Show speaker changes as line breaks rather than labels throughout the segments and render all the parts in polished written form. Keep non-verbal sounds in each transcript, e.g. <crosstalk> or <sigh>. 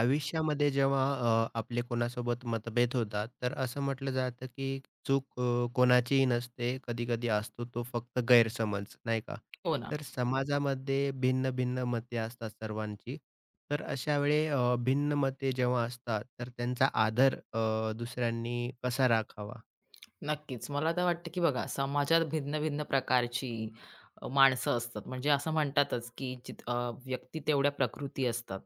आयुष्यामध्ये जेव्हा आपले कोणासोबत मतभेद होतात, तर असं म्हटलं जातं, की चूक कोणाचीही नसते. कधी-कधी असतो तो फक्त गैरसमज, नाही का?
हो ना.
तर समाजामध्ये भिन्न-भिन्न मते असतात सर्वांची. तर अशा वेळी भिन्न मते जेव्हा असतात, तर त्यांचा आदर दुसऱ्यांनी कसा राखावा?
नक्कीच. मला तर वाटतं, की बघा समाजात भिन्न-भिन्न प्रकारची माणसं असतात. म्हणजे असं म्हणतातच, की व्यक्ती तेवढ्या प्रकृती असतात.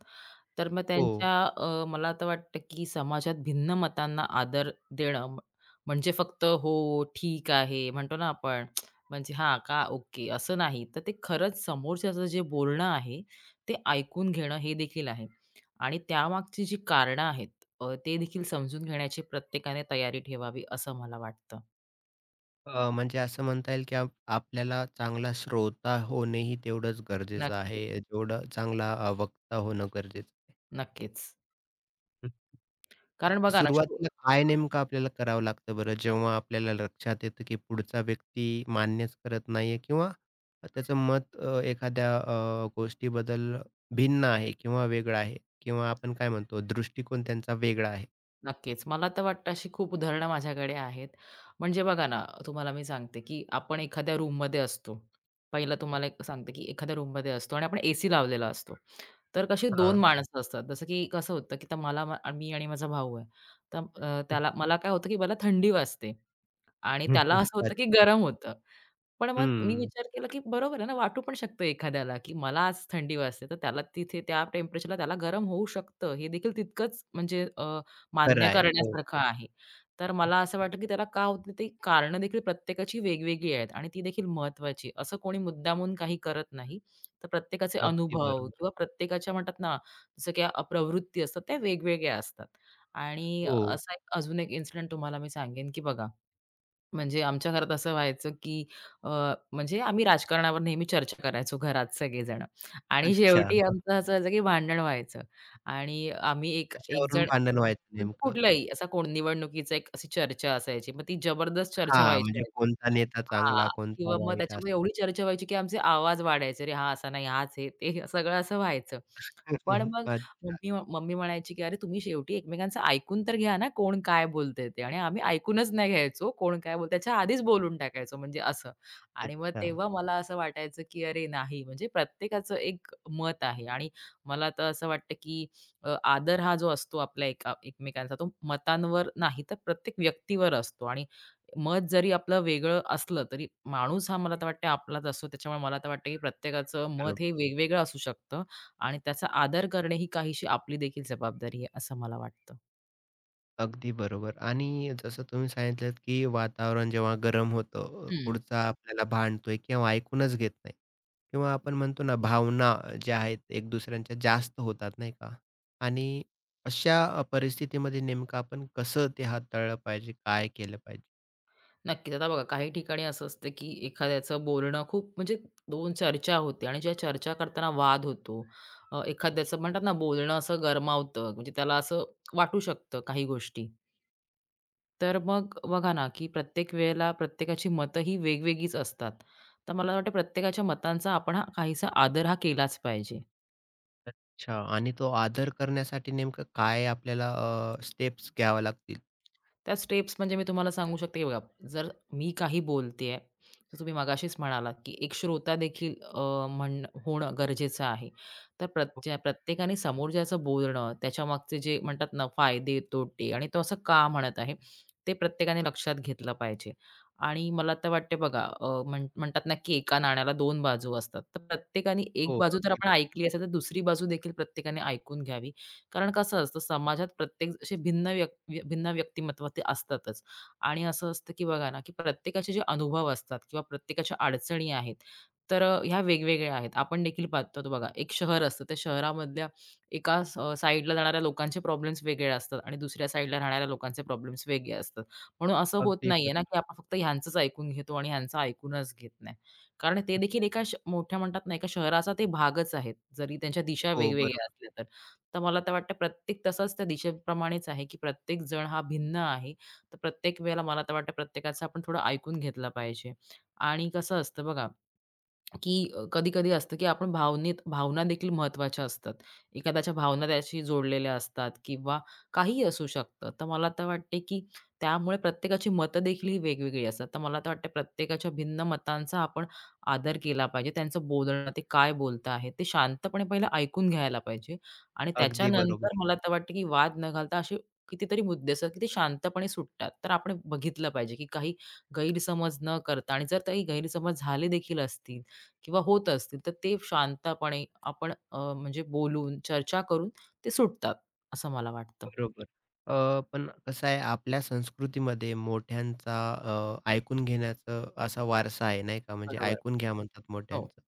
तर मग
हो,
त्यांच्या मला तर वाटतं की समाजात भिन्न मतांना आदर देणं म्हणजे फक्त हो ठीक आहे म्हणतो ना आपण म्हणजे हा का ओके असं नाही तर ते खरंच समोरच्याचं जे बोलणं आहे ते ऐकून घेणं हे देखील आहे आणि त्यामागची जी कारणं आहेत ते देखील समजून घेण्याची प्रत्येकाने तयारी ठेवावी असं मला वाटतं.
म्हणजे असं म्हणता येईल, की आपल्याला चांगला श्रोता होणेही तेवढंच गरजेचं
नक्कीच.
आहे, जेवढं चांगला वक्ता होणं गरजेचं आहे.
नक्कीच. कारण बघा ना.
सुरुवातीला काय नेमकं आपल्याला करावं लागतं बरं, जेव्हा आपल्याला लक्षात येतं, की पुढचा व्यक्ती मान्यच करत नाहीये किंवा त्याचं मत एखाद्या गोष्टीबद्दल भिन्न आहे किंवा वेगळं आहे किंवा आपण काय म्हणतो दृष्टिकोन त्यांचा वेगळा आहे.
नक्कीच. मला तर वाटतं अशी खूप उदाहरणं माझ्याकडे आहेत. म्हणजे बघा ना, तुम्हाला मी सांगते, की आपण एखाद्या रूममध्ये असतो. पहिलं तुम्हाला एक सांगते, की एखाद्या रूममध्ये असतो आणि आपण एसी लावलेला असतो. तर कशी 2
हां.
माणसं असतात. जसं की कसं होतं, की तर मी आणि माझा भाऊ आहे. तर
हं.
त्याला मला काय होतं, की मला थंडी वाजते आणि
<laughs>
त्याला
हं.
असं होतं, की गरम होतं. पण मग मी
हं.
विचार केला, की बरोबर आहे ना, वाटू पण शकतं एखाद्याला, की मला आज थंडी वाजते, तर त्याला तिथे त्या टेम्परेचरला त्याला गरम होऊ शकतं. हे देखील तितकंच म्हणजे
खरं
मान्य
आहे. हो.
करण्यासारखं आहे. तर मला असं वाटलं, की त्याला का होतं ते कारणं देखील प्रत्येकाची वेगवेगळी आहेत आणि ती देखील महत्त्वाची. असं कोणी मुद्दामून काही करत नाही. तर प्रत्येकाचे
अगदी
अनुभव
बरोबर.
किंवा प्रत्येकाच्या म्हणतात ना, जसं की प्रवृत्ती असतात त्या वेगवेगळ्या असतात. आणि
हो.
असा अजून एक इन्सिडेंट तुम्हाला मी सांगेन, की बघा म्हणजे आमच्या घरात असं व्हायचं, की अ, म्हणजे आम्ही राजकारणावर नेहमी चर्चा करायचो घरात सगळेजण आणि
अच्छा.
शेवटी आमचं असं व्हायचं, की भांडण व्हायचं आणि आम्ही एक एक
कशावरून
जण
भांडण व्हायचं
म्हणजे
नेमकं?
कुठलाही असा कोण निवडणुकीचा एक अशी चर्चा असायची. मग ती जबरदस्त चर्चा
हां,
व्हायची.
म्हणजे कोणता नेता
हां.
चांगला,
किंवा
कोणता
मग
वाईट असं.
त्याच्यामुळे एवढी चर्चा व्हायची, की आमचे आवाज वाढायचे. "अरे, हा असा नाही, हाच हे ते," सगळं असं व्हायचं. पण मग
<laughs>
मम्मी मम्मी म्हणायची, की "अरे तुम्ही शेवटी एकमेकांचं ऐकून तर घ्या ना, कोण काय बोलतंय ते." आणि आम्ही ऐकूनच नाही घ्यायचो कोण काय बोलतंय त्याच्या आधीच बोलून टाकायचो म्हणजे असं. आणि मग
अच्छा.
तेव्हा मला असं वाटायचं, की अरे नाही म्हणजे प्रत्येकाचं एक मत आहे आणि मला तर असं वाटतं, की आदर हा जो असतो आपल्या एका एकमेकांचा तो मतांवर नाही तर प्रत्येक व्यक्तीवर असतो आणि मत जरी आपलं वेगळं असलं तरी माणूस हा मला तर वाटतं आपलाच असतो. त्याच्यामुळे मला तर वाटतं, की प्रत्येकाचं मत हे
बरोबर.
वेगवेगळं असू शकतं. आणि त्याचा आदर करणे ही काहीशी आपली देखील जबाबदारी आहे, असं मला वाटतं.
अगदी बरोबर आणि जसं तुम्ही सांगितलंत, की वातावरण जेव्हा गरम होतं,
हं.
पुढचा आपल्याला भांडतोय किंवा ऐकूनच घेत नाही किंवा आपण म्हणतो ना, भावना ज्या आहेत एक दुसऱ्यांच्या जास्त होतात, नाही का? आणि अशा परिस्थितीमध्ये नेमकं आपण कसं ते हाताळलं पाहिजे? काय केलं पाहिजे?
नक्कीच. आता बघा काही ठिकाणी असं असतं, की एखाद्याचं बोलणं खूप म्हणजे दोन चर्चा होते आणि ज्या चर्चा करताना वाद होतो. एखाद्याचं म्हणतात ना बोलणं असं गरमावतं, म्हणजे त्याला असं वाटू शकतं काही गोष्टी. तर मग बघा ना, की प्रत्येक वेळेला प्रत्येकाची मतं ही वेगवेगळीच असतात. तर मला वाटतं प्रत्येकाच्या मतांचा आपण हा काहीसा आदर हा केलाच पाहिजे.
अच्छा आणि तो आदर करण्यासाठी नेमकं काय आपल्याला स्टेप्स घ्याव्या लागतील?
त्या स्टेप्स म्हणजे मी तुम्हाला सांगू शकते की बघा, जर मी काही बोलतेय, तर तुम्ही मगाशीच म्हणालात की एक श्रोता देखील अ, म्हण होणं गरजेचं आहे. तर
ओके.
प्रत्येकाने समोरच्याचं बोलणं, त्याच्यामागचे जे म्हणतात ना फायदे, तोटे आणि तो असं का म्हणत आहे, ते प्रत्येकाने लक्षात घेतलं पाहिजे. आणि मला तर वाटते बघा अ, म्हण म्हणतात ना की एका नाण्याला 2 बाजू असतात. तर प्रत्येकाने एक
हो,
बाजू जर
अगदी
आपण
बरोबर.
ऐकली असेल, तर दुसरी बाजू देखील प्रत्येकाने ऐकून घ्यावी. कारण कसं असतं समाजात प्रत्येक असे भिन्न व्यक्ती भिन्न व्यक्तिमत्व ते असतातच आणि असं असतं की बघा ना की प्रत्येकाचे जे अनुभव असतात किंवा प्रत्येकाच्या अडचणी आहेत तर ह्या वेगवेगळ्या आहेत. आपण देखील पाहतो बघा एक शहर असतं त्या शहरामधल्या एका स जाणाऱ्या लोकांचे प्रॉब्लेम्स वेगळे असतात आणि दुसऱ्या साइडला राहणाऱ्या लोकांचे प्रॉब्लेम्स वेगळे असतात. म्हणून असं होत
अगदी
नाहीये ना,
बरोबर.
की आपण फक्त ह्यांचंच ऐकून घेतो आणि ह्यांचं ऐकूनच घेत नाही. कारण ते देखील एका श मोठ्या म्हणतात ना, एका शहराचा ते भागच आहेत. जरी त्यांच्या दिशा
हो,
वेगवेगळ्या
बरोबर.
असल्या तरी. तर मला तर वाटतं प्रत्येक तसंच त्या दिशेप्रमाणेच आहे, की प्रत्येक जण हा भिन्न आहे. तर प्रत्येक वेळेला मला तर वाटतं प्रत्येकाचं आपण थोडं ऐकून घेतलं पाहिजे. आणि कसं असतं बघा की कधी-कधी असतं, की आपण भावना देखील महत्त्वाच्या असतात. एखाद्याच्या भावना त्याशी जोडलेल्या असतात किंवा काहीही असू शकतं. तर मला तर वाटते, की त्यामुळे प्रत्येकाची मतं देखील ही वेगवेगळी असतात. तर मला तर वाटतं प्रत्येकाच्या भिन्न मतांचा आपण आदर केला पाहिजे. त्यांचं बोलणं, ते काय बोलत आहेत, ते शांतपणे पहिलं ऐकून घ्यायला पाहिजे आणि हो.
अगदी
त्याच्यानंतर
बरोबर.
मला तर वाटतं, की वाद न घालता असे कितीतरी मुद्दे असतात, की ते शांतपणे सुटतात. तर आपण बघितलं पाहिजे, की काही गैरसमज न करता आणि जर काही गैरसमज झाले देखील असतील, किंवा होत असतील, तर ते शांतपणे आपण म्हणजे बोलून, चर्चा करून ते सुटतात, असं मला वाटतं.
बरोबर. पण कसं आहे आपल्या संस्कृतीमध्ये मोठ्यांचा ऐकून घेण्याचं असा वारसा आहे नाही का? म्हणजे
बरोबर.
ऐकून घ्या म्हणतात
हो.
मोठ्यांचं.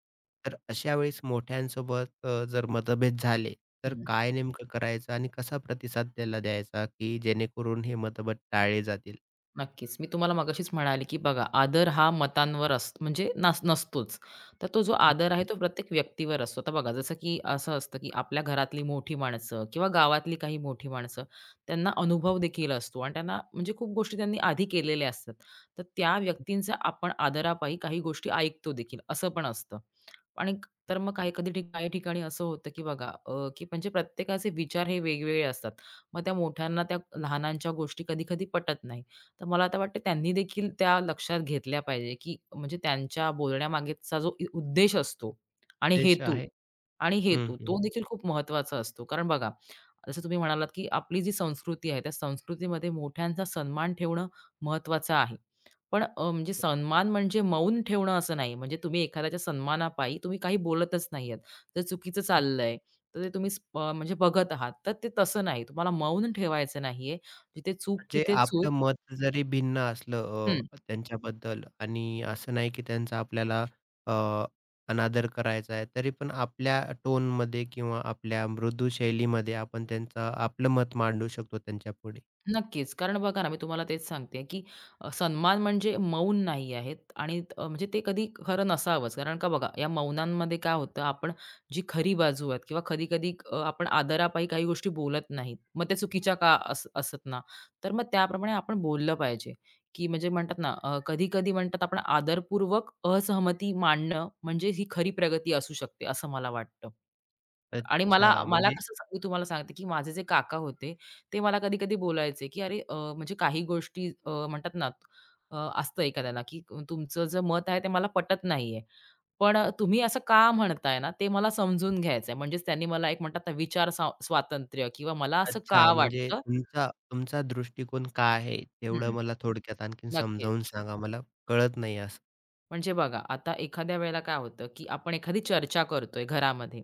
तर अशा वेळेस मोठ्यांसोबत जर मतभेद झाले, तर
हं.
काय नेमकं करायचं आणि कसा प्रतिसाद त्याला द्यायचा, की जेणेकरून हे मतभेद टाळले जातील?
नक्कीच. मी तुम्हाला मगाशीच म्हणाले, की बघा आदर हा मतांवर असतो म्हणजे नसतोच. तर तो जो आदर आहे तो प्रत्येक व्यक्तीवर असतो. आता बघा जसं की असं असतं, की आपल्या घरातली मोठी माणसं किंवा गावातली काही मोठी माणसं त्यांना अनुभव देखील असतो आणि त्यांना म्हणजे खूप गोष्टी त्यांनी आधी केलेल्या असतात. तर त्या व्यक्तींचा आपण आदरापायी काही गोष्टी ऐकतो देखील असं पण असतं. आणि क- तर मग काही कधी ठिक- काही ठिकाणी असं होतं, की बघा अ, की म्हणजे प्रत्येकाचे विचार हे वेगवेगळे असतात. मग त्या मोठ्यांना त्या लहानांच्या गोष्टी कधी-कधी पटत नाही. तर मला आता वाटतं त्यांनी देखील त्या लक्षात घेतल्या पाहिजे, की म्हणजे त्यांच्या बोलण्यामागेचा जो उद्देश असतो आणि
उद्देश
हेतू
आहे.
आणि
हं,
हेतू तो देखील खूप महत्त्वाचा असतो. कारण बघा, जसं तुम्ही म्हणालात, की आपली जी संस्कृती आहे, त्या संस्कृतीमध्ये मोठ्यांचा सन्मान ठेवणं महत्त्वाचं आहे. पण म्हणजे सन्मान म्हणजे मौन ठेवणं असं नाही. म्हणजे तुम्ही एखाद्याच्या सन्मानापायी तुम्ही काही बोलतच नाही आहेत. तर चुकीचं चाललंय, तर ते तुम्ही म्हणजे बघत आहात. तर ते तसं नाही. तुम्हाला मौन ठेवायचं नाहीये. जिथे चूक
म्हणजे
तिथे चूक.
आपलं मत जरी भिन्न असलं
हं.
त्यांच्याबद्दल आणि असं नाही की त्यांचा आपल्याला अ, अनादर करायचा आहे, तरी पण आपल्या टोनमध्ये किंवा आपल्या मृदू शैलीमध्ये आपण त्यांचं आपलं मत मांडू शकतो त्यांच्यापुढे.
नक्कीच. कारण बघा ना, मी तुम्हाला तेच सांगते, की सन्मान म्हणजे मौन नाही आहेत आणि म्हणजे ते कधी खरं नसावंच. कारण का बघा, या मौनांमध्ये काय होतं, आपण जी खरी बाजू आहेत किंवा कधी-कधी आपण आदरापायी काही गोष्टी बोलत नाहीत. मग त्या चुकीच्या का असत ना. तर मग त्याप्रमाणे आपण बोललं पाहिजे, की म्हणजे म्हणतात ना, कधी-कधी म्हणतात आपण आदरपूर्वक असहमती मांडणं म्हणजे ही खरी प्रगती असू शकते, असं मला वाटतं. आणि मला
अच्छा,
मला
म्हणजे
कसं मी तुम्हाला सांगते, की माझे जे काका होते, ते मला कधी-कधी बोलायचे, की "अरे, म्हणजे काही गोष्टी म्हणतात ना, असतं एखाद्याला, की तुमचं जे मत आहे ते मला पटत नाहीये. पण तुम्ही असं का म्हणताय ना, ते मला समजून घ्यायचंय." म्हणजेच त्यांनी मला एक म्हणतात ना, विचार स्वातंत्र्य किंवा मला असं
अच्छा,
का
म्हणजे
वाटतं.
तुमचा तुमचा दृष्टिकोन काय आहे? तेवढं
हं,
मला थोडक्यात आणखीन
नक्कीच.
समजावून सांगा. मला कळत नाही असं.
म्हणजे बघा, आता एखाद्या वेळेला काय होतं, की आपण एखादी चर्चा करतोय घरामध्ये,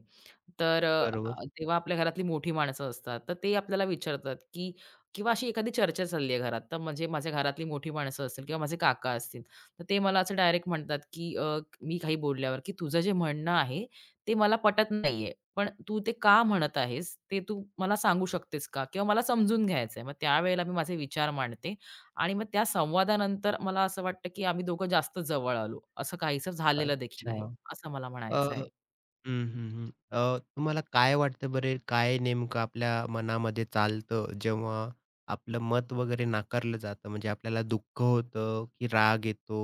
तर
बरोबर.
तेव्हा आपल्या घरातली मोठी माणसं असतात, तर ते आपल्याला विचारतात, की किंवा अशी एखादी चर्चा चालली आहे घरात, तर म्हणजे माझ्या घरातली मोठी माणसं असतील किंवा माझे काका असतील, तर ते मला असं डायरेक्ट म्हणतात, की मी काही बोलल्यावर, की "तुझं जे म्हणणं आहे, ते मला पटत नाहीये. पण तू ते का म्हणत आहेस, ते तू मला सांगू शकतेस का? किंवा मला समजून घ्यायचंय." मग त्यावेळेला मी माझे विचार मांडते आणि मग त्या संवादानंतर मला असं वाटतं, की आम्ही दोघं जास्त जवळ आलो. असं काहीसं झालेलं देखील आहे,
अच्छा.
असं मला म्हणायचं आहे.
हं, हं, हं. तुम्हाला काय वाटतं बरे, काय नेमकं आपल्या मनामध्ये चालतं जेव्हा आपलं मत वगैरे नाकारलं जातं? म्हणजे आपल्याला दुःख होतं, की राग येतो,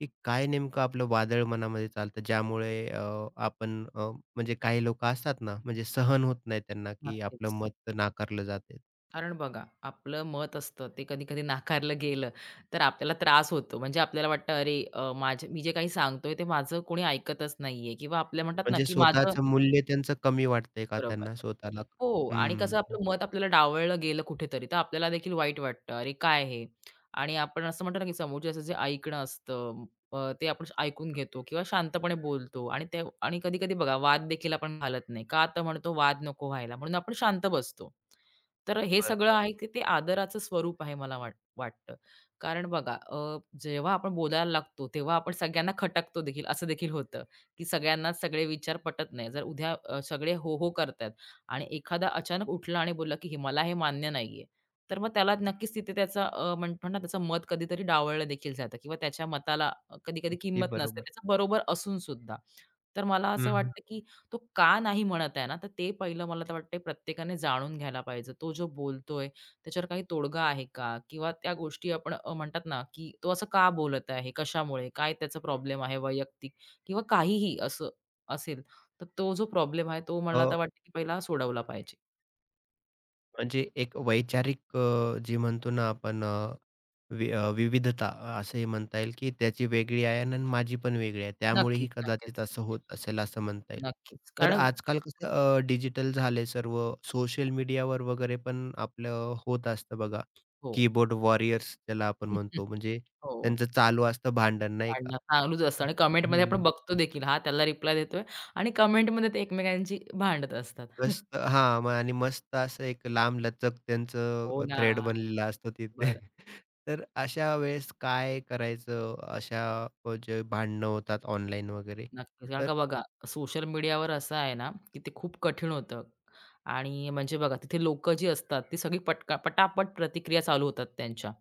की काय नेमकं आपलं वादळ मनामध्ये चालतं ज्यामुळे आपण अ, म्हणजे काही लोकं असतात ना, म्हणजे सहन होत नाही त्यांना, की आपलं
नक्कीच.
मत नाकारलं जातंय.
कारण बघा, आपलं मत असतं ते कधी-कधी नाकारलं गेलं, तर आपल्याला त्रास होतो. म्हणजे आपल्याला वाटतं, "अरे, माझे मी जे काही सांगतोय ते माझं कोणी ऐकतच नाहीये" किंवा आपल्या म्हणतात ना,
म्हणजे
की माझं
स्वतःचं मूल्य त्यांचं कमी वाटतंय का
बरोबर.
त्यांना स्वतःला?
हो आणि कसं
हं,
आपलं मत आपल्याला डावललं गेलं कुठेतरी, तर आपल्याला देखील वाईट वाटतं, "अरे काय हे?" आणि आपण असं म्हणतो ना, की समोरच्याचं जे ऐकणं असतं ते आपण ऐकून घेतो किंवा शांतपणे बोलतो आणि ते आणि कधी-कधी बघा वाद देखील आपण घालत नाही. का तर म्हणतो वाद नको व्हायला म्हणून आपण शांत बसतो. तर हे सगळं
बरोबर.
आहे की ते आदराचं स्वरूप आहे मला वाटतं. कारण बघा जेव्हा आपण बोलायला लागतो, तेव्हा आपण सगळ्यांना खटकतो देखील, असं देखील होतं, की सगळ्यांनाच सगळे विचार पटत नाही. जर उद्या सगळे हो, हो करत आणि एखादा अचानक उठला आणि बोलला, की "हे मला हे मान्य नाहीये." तर मग त्याला नक्कीच तिथे त्याचा अ, म्हण म्हणतात त्याचं मत कधीतरी डावळलं देखील जातं किंवा त्याच्या मताला कधी-कधी
अगदी
किंमत नसते.
बरोबर.
त्याचं बरोबर असून सुद्धा. तर मला असं
हं, हं.
वाटतं, की तो का नाही म्हणत आहे ना, तर ते पहिलं मला तर वाटतंय प्रत्येकाने जाणून घ्यायला पाहिजे. तो जो बोलतोय त्याच्यावर काही तोडगा आहे का? किंवा त्या गोष्टी आपण म्हणतात ना, की तो असं का बोलत आहे? कशामुळे? काय त्याचा प्रॉब्लेम आहे वैयक्तिक? किंवा काहीही असं असेल. तर तो जो प्रॉब्लेम आहे तो मला आता वाटतं की पहिला सोडवला पाहिजे.
म्हणजे एक वैचारिक जी म्हणतो ना आपण अ, वि अ, विविधता असंही म्हणता येईल, की त्याची वेगळी आहे आणि माझी पण वेगळी आहे. त्यामुळेही
नक्कीच,
कदाचित
नक्कीच.
असं होत असेल असं म्हणता येईल.
नक्कीच.
तर
कारण
आजकाल कसं डिजिटल झाले सर्व, सोशल मीडियावर वगैरे पण आपलं होत असतं बघा.
हो.
कीबोर्ड वॉरियर्स ज्याला आपण
<laughs>
म्हणतो म्हणजे
हो.
त्यांचं चालू असतं भांडण नाही का?
भांडणं चालूच असतं
हं.
आणि कमेंटमध्ये आपण बघतो देखील हा त्याला रिप्लाय देतोय आणि कमेंटमध्ये ते एकमेकांची भांडत असतात. <laughs>
मस्त हां, मग आणि मस्त असं एक लांबलचक
हो
त्यांचं
ना.
थ्रेड बनलेलं असतं तिथे. <laughs> तर अशा वेळेस काय करायचं? अशा जे भांडणं होतात ऑनलाईन वगैरे.
नक्कीच. कारण
तर
का बघा, सोशल मीडियावर असं आहे ना, की ते खूप कठीण होतं आणि म्हणजे बघा, तिथे लोकं जी असतात, ती सगळी पटका पटापट प्रतिक्रिया चालू होतात त्यांच्या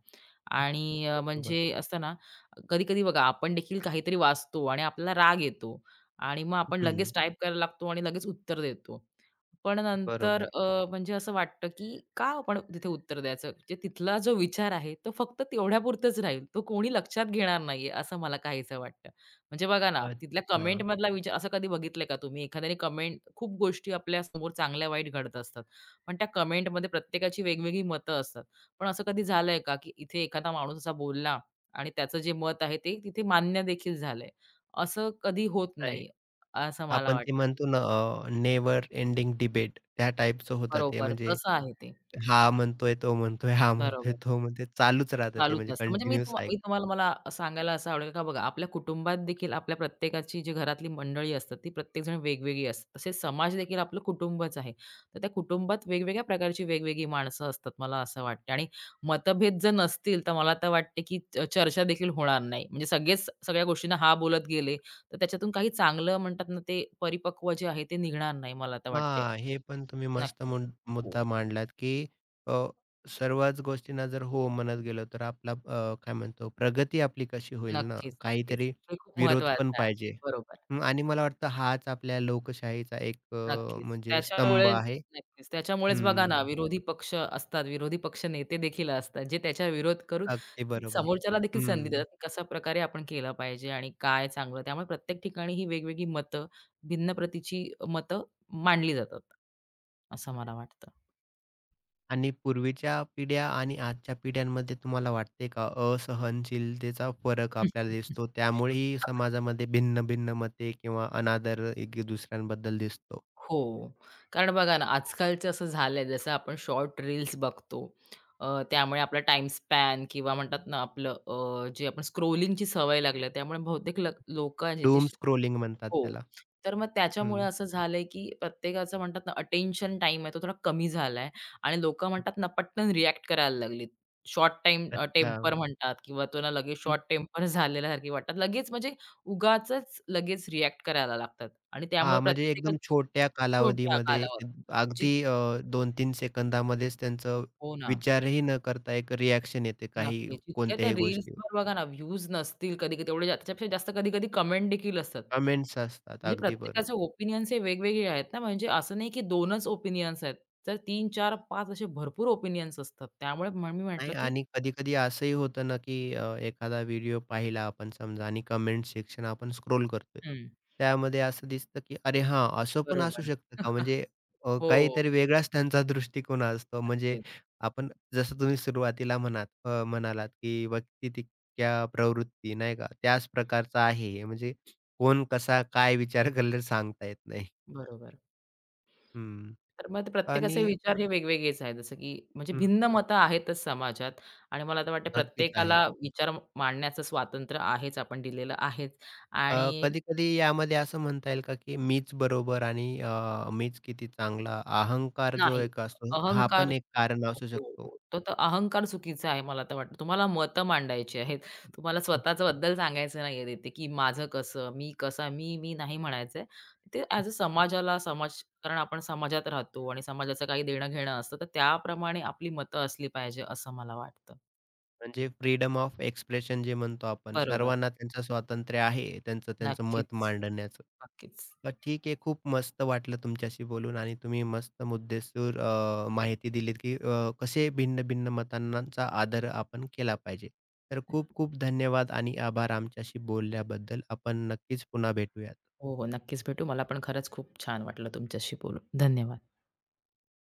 आणि
बरोबर.
म्हणजे असतं ना, कधी-कधी बघा, आपण देखील काहीतरी वाचतो आणि आपल्याला राग येतो आणि मग आपण लगेच
हं,
टाइप करायला लागतो आणि लगेच उत्तर देतो. पण नंतर
बरोबर.
म्हणजे असं वाटतं, की का आपण तिथे उत्तर द्यायचं? म्हणजे तिथला जो विचार आहे, तो फक्त तेवढ्यापुरतच राहील. तो कोणी लक्षात घेणार नाहीये, असं मला काहीसं वाटतं. म्हणजे बघा ना, तिथल्या
अच्छा.
कमेंटमधला विचार असं कधी बघितलंय का तुम्ही? एखाद्याने कमेंट खूप गोष्टी आपल्यासमोर चांगल्या वाईट घडत असतात. पण त्या कमेंटमध्ये प्रत्येकाची वेगवेगळी मतं असतात. पण असं कधी झालंय का, की इथे एखादा माणूस असा बोलला आणि त्याचं जे मत आहे ते तिथे मान्य देखील झालंय. असं कधी होत
नाही,
नाही, असं मला
आपण ते
वाटतं.
म्हणतो ना, एंडिंग डिबेट त्या टाईपचं होतं ते.
बरोबर,
म्हणजे
तसं आहे ते.
हा म्हणतोय, तो म्हणतोय, हा म्हणतोय,
बरोबर.
तो म्हणतोय. चालूच राहतं ते
चालूच
म्हणजे
असतं. म्हणजे मी
कंटिन्यूअस.
तुम्हा मी तुम्हाला मला सांगायला असं आवडेल का बघा, आपल्या कुटुंबात देखील आपल्या प्रत्येकाची जी घरातली मंडळी असतात, ती प्रत्येकजण वेगवेगळी असतात. तसेच समाज देखील आपलं कुटुंबच आहे. तर त्या कुटुंबात वेगवेगळ्या प्रकारची वेगवेगळी माणसं असतात, मला असं वाटतं आणि मतभेद जर नसतील, तर मला तर वाटते की चर्चा देखील होणार नाही. म्हणजे सगळेच सगळ्या गोष्टींना हां बोलत गेले, तर त्याच्यातून काही चांगलं म्हणतात ना, ते परिपक्व जे आहे ते निघणार नाही, मला तर वाटते.
हां, हे पण तुम्ही मस्त
नक्कीच. हो.
मुद्दा मांडलात, की अ, सर्वच गोष्टींना जर हो म्हणत गेलो, तर आपला काय म्हणतो प्रगती आपली कशी होईल ना?
नक्कीच, नक्कीच.
काहीतरी
हे खूप
विरोध पण
महत्वाचं आहे.
पाहिजे.
बरोबर.
हं, आणि मला वाटतं हाच आपल्या लोकशाहीचा एक
नक्कीच.
म्हणजे स्तंभ
त्याच्यामुळेच
आहे.
नक्कीच. त्याच्यामुळेच बघा ना,
हं,
विरोधी पक्ष असतात, विरोधी पक्ष नेते देखील असतात, जे त्याच्या विरोध करून
अगदी बरोबर.
समोरच्याला देखील संधी
हं.
देतात. की कशा प्रकारे आपण केला पाहिजे आणि काय चांगलं. त्यामुळे प्रत्येक ठिकाणी ही वेगवेगळी मतं, भिन्न प्रतीची मतं मांडली जातात. असं मला वाटतं.
आणि पूर्वीच्या पिढ्या आणि आजच्या पिढ्यांमध्ये तुम्हाला वाटते का असहनशीलतेचा फरक आपल्याला दिसतो त्यामुळेही
<laughs>
समाजामध्ये भिन्न भिन्न मते किंवा अनादर एक दुसऱ्यांबद्दल दिसतो.
हो. कारण बघा ना, आजकालचं असं झालंय जसं आपण शॉर्ट रील्स बघतो. त्यामुळे आपला टाईम स्पॅन किंवा म्हणतात ना आपलं जे आपण स्क्रोलिंगची सवय लागली त्यामुळे बहुतेक लोकांची जी
डूम स्क्रोलिंग म्हणतात
हो.
त्याला.
तर मग त्याच्यामुळे
हं.
असं झालंय, की प्रत्येकाचं म्हणतात ना अटेन्शन टाईम आहे तो थोडा कमी झालाय आणि लोकं म्हणतात ना पटकन रिएक्ट करायला लागलीत. शॉर्ट टाईम
अच्छा.
टेम्पर म्हणतात किंवा तो ना लगेच
हं.
शॉर्ट टेम्पर झालेल्यासारखी वाटतात. लगेच म्हणजे उगाचच लगेच रिएक्ट करायला लागतात. आणि त्यामुळे
हां, म्हणजे
प्रत्येकच
एकदम छोट्या
छोट्या
कालावधीमध्ये
कालावधी
अगदी 2-3 सेकंदामध्येच त्यांचं
हो ना,
विचारही न करता एक रिएक्शन येते काही
नक्कीच. इतक्या त्या
कोणत्याही गोष्टीवर.
रील्सवर बघा ना, व्ह्यूज नसतील कधी-कधी एवढे त्याच्यापेक्षा जास्त कधी-कधी कमेंट देखील असतात.
कमेंट्स असतात.
म्हणजे
अगदी बरोबर.
प्रत्येकाचे ओपिनियन्स हे वेगवेगळे आहेत ना, म्हणजे असं नाही की 2च ओपिनियन्स आहेत. तर 3, 4, 5 असे भरपूर ओपिनियन्स असतात. त्यामुळे मग मी
नाही
म्हटलं की
आणि कधी-कधी असंही होतं ना, की एखादा व्हिडिओ पाहिला आपण समजा आणि कमेंट सेक्शन आपण स्क्रोल करतोय.
हं,
त्यामध्ये असं दिसतं, की अरे हां, असं पण असू
बरोबर.
शकतं का?
<laughs>
म्हणजे
हो,
काहीतरी वेगळाच त्यांचा दृष्टिकोन असतो. म्हणजे
नक्कीच.
आपण जसं तुम्ही सुरुवातीला म्हणालात, की व्यक्तितिक्या प्रवृत्ती नाही का, त्याच प्रकारचा आहे हे. म्हणजे कोण कसा काय विचार <laughs> करेल सांगता येत नाही.
बरोबर.
हं.
तर मग ते
आणि
प्रत्येकाचे विचार हे वेगवेगळेच आहेत. जसं की म्हणजे
हं,
भिन्न मतं आहेतच समाजात आणि मला तर वाटतं
नक्कीच आहे.
प्रत्येकाला विचार मांडण्याचं स्वातंत्र्य आहेच, आपण दिलेलं आहेच आणि
कधी-कधी यामध्ये असं म्हणता येईल का, की मीच बरोबर आणि मीच किती चांगला अहंकार जो
नाही.
एक असतो, हा
अहंकार
पण एक कारण
हो,
असू शकतो.
हो. तो तर अहंकार चुकीचा आहे मला तर वाटतं. तुम्हाला मतं मांडायची आहेत. तुम्हाला स्वतःच्याबद्दल सांगायचं नाहीये तिथे, की माझं कसं, मी कसा, मी नाही म्हणायचंय. ते
हं.
ॲज अ समाजाला समाज कारण आपण समाजात राहतो आणि समाजाचं काही देणं-घेणं असतं, तर त्याप्रमाणे आपली मतं असली पाहिजे असं मला वाटतं.
म्हणजे फ्रीडम ऑफ एक्सप्रेशन जे म्हणतो आपण,
बरोबर.
सर्वांना त्यांचं स्वातंत्र्य आहे, त्यांचं त्यांचं मत
नक्कीच,
मांडण्याचं.
नक्कीच.
तर ठीक आहे, खूप मस्त वाटलं तुमच्याशी बोलून आणि तुम्ही मस्त मुद्देसूद माहिती दिलीत, की कसे भिन्न-भिन्न मतांनाचा आदर आपण केला पाहिजे. तर खूप-खूप धन्यवाद आणि आभार आमच्याशी बोलल्याबद्दल. आपण नक्कीच पुन्हा भेटूयात.
हो, हो. नक्कीच भेटू. मला पण खरंच खूप छान वाटलं तुमच्याशी बोलून. धन्यवाद.